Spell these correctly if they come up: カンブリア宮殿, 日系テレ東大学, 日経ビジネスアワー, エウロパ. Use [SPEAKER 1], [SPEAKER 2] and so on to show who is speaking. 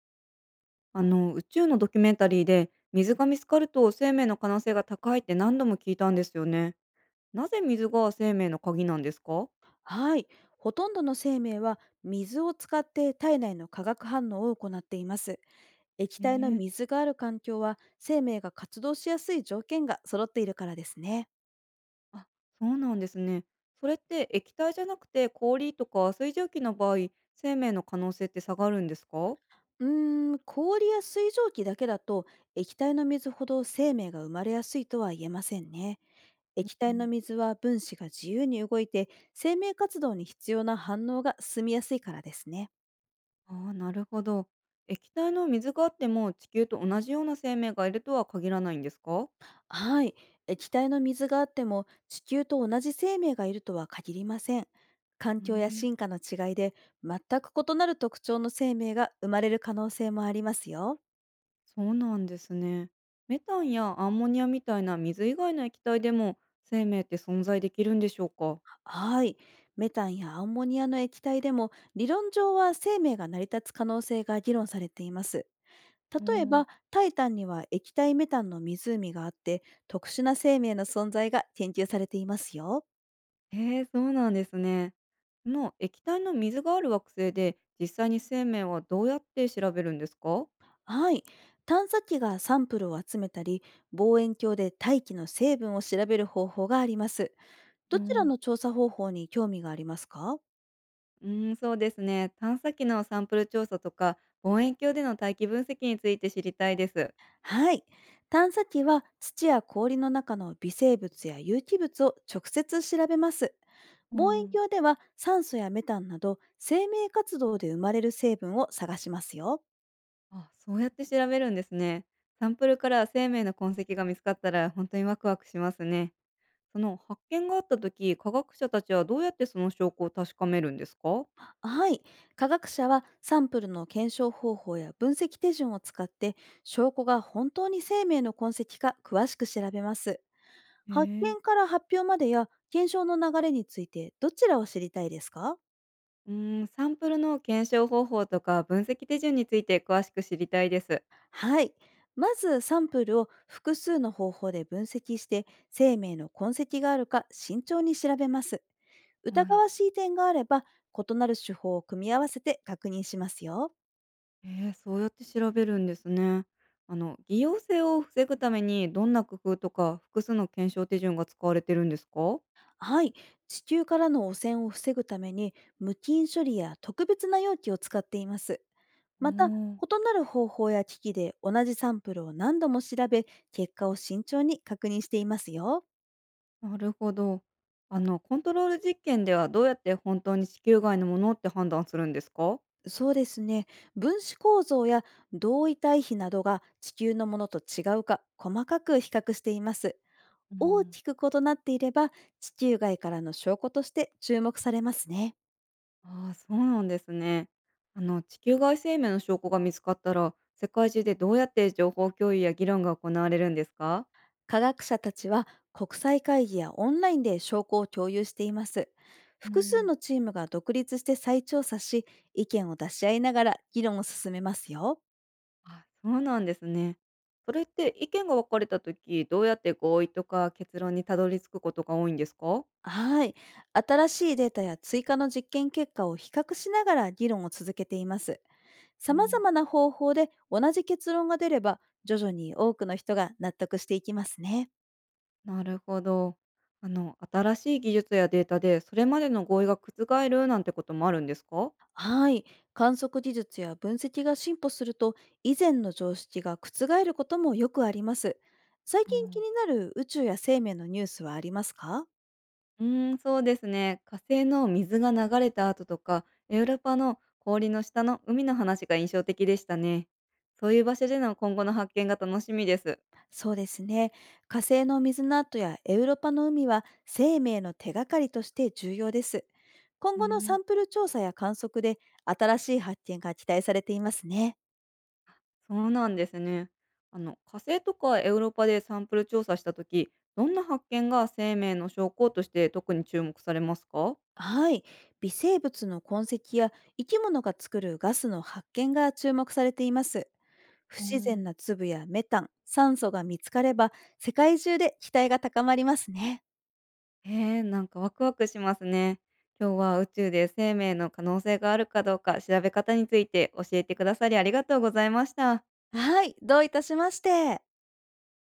[SPEAKER 1] あの宇宙のドキュメンタリーで水が見つかると生命の可能性が高いって何度も聞いたんですよね。なぜ水が生命の鍵なんですか？
[SPEAKER 2] はい。ほとんどの生命は水を使って体内の化学反応を行っています。液体の
[SPEAKER 1] ええ、
[SPEAKER 2] 水がある環境は、生命が活動しやすい条件が揃っているからですね。
[SPEAKER 1] あ、そうなんですね。それって液体じゃなくて氷とか水蒸気の場合、生命の可能性って下がるんですか？
[SPEAKER 2] 氷や水蒸気だけだと、液体の水ほど生命が生まれやすいとは言えませんね。
[SPEAKER 1] う
[SPEAKER 2] 液体の
[SPEAKER 1] ん。
[SPEAKER 2] 水は分子が自由に動いて、生命活動に必要な反応が進みやすいからですね。
[SPEAKER 1] あー、なるほど。液体の水があっても地球と同じような生命がいるとは限らないんですか？
[SPEAKER 2] はい。液体の水があっても、地球と同じ生命がいるとは限りません。環
[SPEAKER 1] うー
[SPEAKER 2] 境や
[SPEAKER 1] ん、
[SPEAKER 2] 進化の違いで、全く異なる特徴の生命が生まれる可能性もありますよ。
[SPEAKER 1] そうなんですね。メタンやアンモニアみたいな水以外の液体でも生命って存在できるんでしょうか？
[SPEAKER 2] はい。メタンやアンモニアの液体でも、理論上は生命が成り立つ可能性が議論されています。
[SPEAKER 1] う
[SPEAKER 2] 例え
[SPEAKER 1] ん、お
[SPEAKER 2] ば、
[SPEAKER 1] ー。
[SPEAKER 2] タイタンには液体メタンの湖があって、特殊な生命の存在が研究されていますよ。
[SPEAKER 1] へえ、そうなんですね。その液体の水がある惑星で実際に生命はどうやって調べるんですか？
[SPEAKER 2] はい。探査機がサンプルを集めたり、望遠鏡で大気の成分を調べる方法があります。ど
[SPEAKER 1] う
[SPEAKER 2] ち
[SPEAKER 1] ん、
[SPEAKER 2] ら
[SPEAKER 1] おー。
[SPEAKER 2] の調査方法に興味がありますか？
[SPEAKER 1] うーん、そうですね。探査機のサンプル調査とか望遠鏡での大気分析について知りたいです。
[SPEAKER 2] はい。探査機は土や氷の中の微生物や有機物を直接調べます。
[SPEAKER 1] う
[SPEAKER 2] 望遠
[SPEAKER 1] ん。
[SPEAKER 2] 鏡では酸素やメタンなど、生命活動で生まれる成分を探しますよ。
[SPEAKER 1] あ、そうやって調べるんですね。サンプルから生命の痕跡が見つかったら本当にワクワクしますね。その発見があった時、科学者たちはどうやってその証拠を確かめるんですか？
[SPEAKER 2] はい。科学者はサンプルの検証方法や分析手順を使って、証拠が本当に生命の痕跡か詳しく調べます。
[SPEAKER 1] へ
[SPEAKER 2] 発
[SPEAKER 1] え。
[SPEAKER 2] 見から発表までや検証の流れについて、どちらを知りたいですか？
[SPEAKER 1] うーん、サンプルの検証方法とか分析手順について詳しく知りたいです。
[SPEAKER 2] はい。まずサンプルを複数の方法で分析して、生命の痕跡があるか慎重に調べます。
[SPEAKER 1] は
[SPEAKER 2] 疑
[SPEAKER 1] い。
[SPEAKER 2] わしい点があれば、異なる手法を組み合わせて確認しますよ。
[SPEAKER 1] えー、そうやって調べるんですね。あの偽陽性を防ぐためにどんな工夫とか複数の検証手順が使われてるんですか？
[SPEAKER 2] はい。地球からの汚染を防ぐために、無菌処理や特別な容器を使っています。
[SPEAKER 1] お
[SPEAKER 2] また、
[SPEAKER 1] ー、
[SPEAKER 2] 異なる方法や機器で同じサンプルを何度も調べ、結果を慎重に確認していますよ。
[SPEAKER 1] なるほど。あのコントロール実験ではどうやって本当に子宮外のものって判断するんですか？
[SPEAKER 2] そうですね。分子構造や同位体比などが地球のものと違うか、細かく比較しています。大きく異なっていれば、地球外からの証拠として注目されますね。
[SPEAKER 1] ああ、そうなんですね。あの、地球外生命の証拠が見つかったら、世界中でどうやって情報共有や議論が行われるんですか？
[SPEAKER 2] 科学者たちは国際会議やオンラインで証拠を共有しています。
[SPEAKER 1] う
[SPEAKER 2] 複数
[SPEAKER 1] ん、
[SPEAKER 2] のチームが独立して再調査し、意見を出し合いながら議論を進めますよ。
[SPEAKER 1] あ、そうなんですね。それって意見が分かれた時、どうやって合意とか結論にたどり着くことが多いんですか？
[SPEAKER 2] はい。新しいデータや追加の実験結果を比較しながら議論を続けています。
[SPEAKER 1] う
[SPEAKER 2] 様
[SPEAKER 1] ん、
[SPEAKER 2] 々な方法で同じ結論が出れば、徐々に多くの人が納得していきますね。
[SPEAKER 1] なるほど。あの、新しい技術やデータで、それまでの合意が覆るなんてこともあるんですか？
[SPEAKER 2] はい。観測技術や分析が進歩すると、以前の常識が覆ることもよくあります。最近気になる宇宙や生命のニュースはありますか？
[SPEAKER 1] うーん、そうですね。火星の水が流れた後とか、エウラパの氷の下の海の話が印象的でしたね。そういう場所での今後の発見が楽しみです。
[SPEAKER 2] そうですね。火星の水の跡やエウロパの海は、生命の手がかりとして重要です。今
[SPEAKER 1] うー
[SPEAKER 2] 後の
[SPEAKER 1] ん、
[SPEAKER 2] サンプル調査や観測で、新しい発見が期待されていますね。
[SPEAKER 1] そうなんですね。あの、火星とかエウロパでサンプル調査した時、どんな発見が生命の証拠として特に注目されますか？
[SPEAKER 2] はい。微生物の痕跡や生き物が作るガスの発見が注目されています。不
[SPEAKER 1] う
[SPEAKER 2] 自然
[SPEAKER 1] ん、
[SPEAKER 2] な粒やメタン、酸素が見つかれば、世界中で期待が高まりますね。
[SPEAKER 1] へえ、なんかワクワクしますね。今日は宇宙で生命の可能性があるかどうか調べ方について教えてくださりありがとうございました。
[SPEAKER 2] はい、どういたしまして。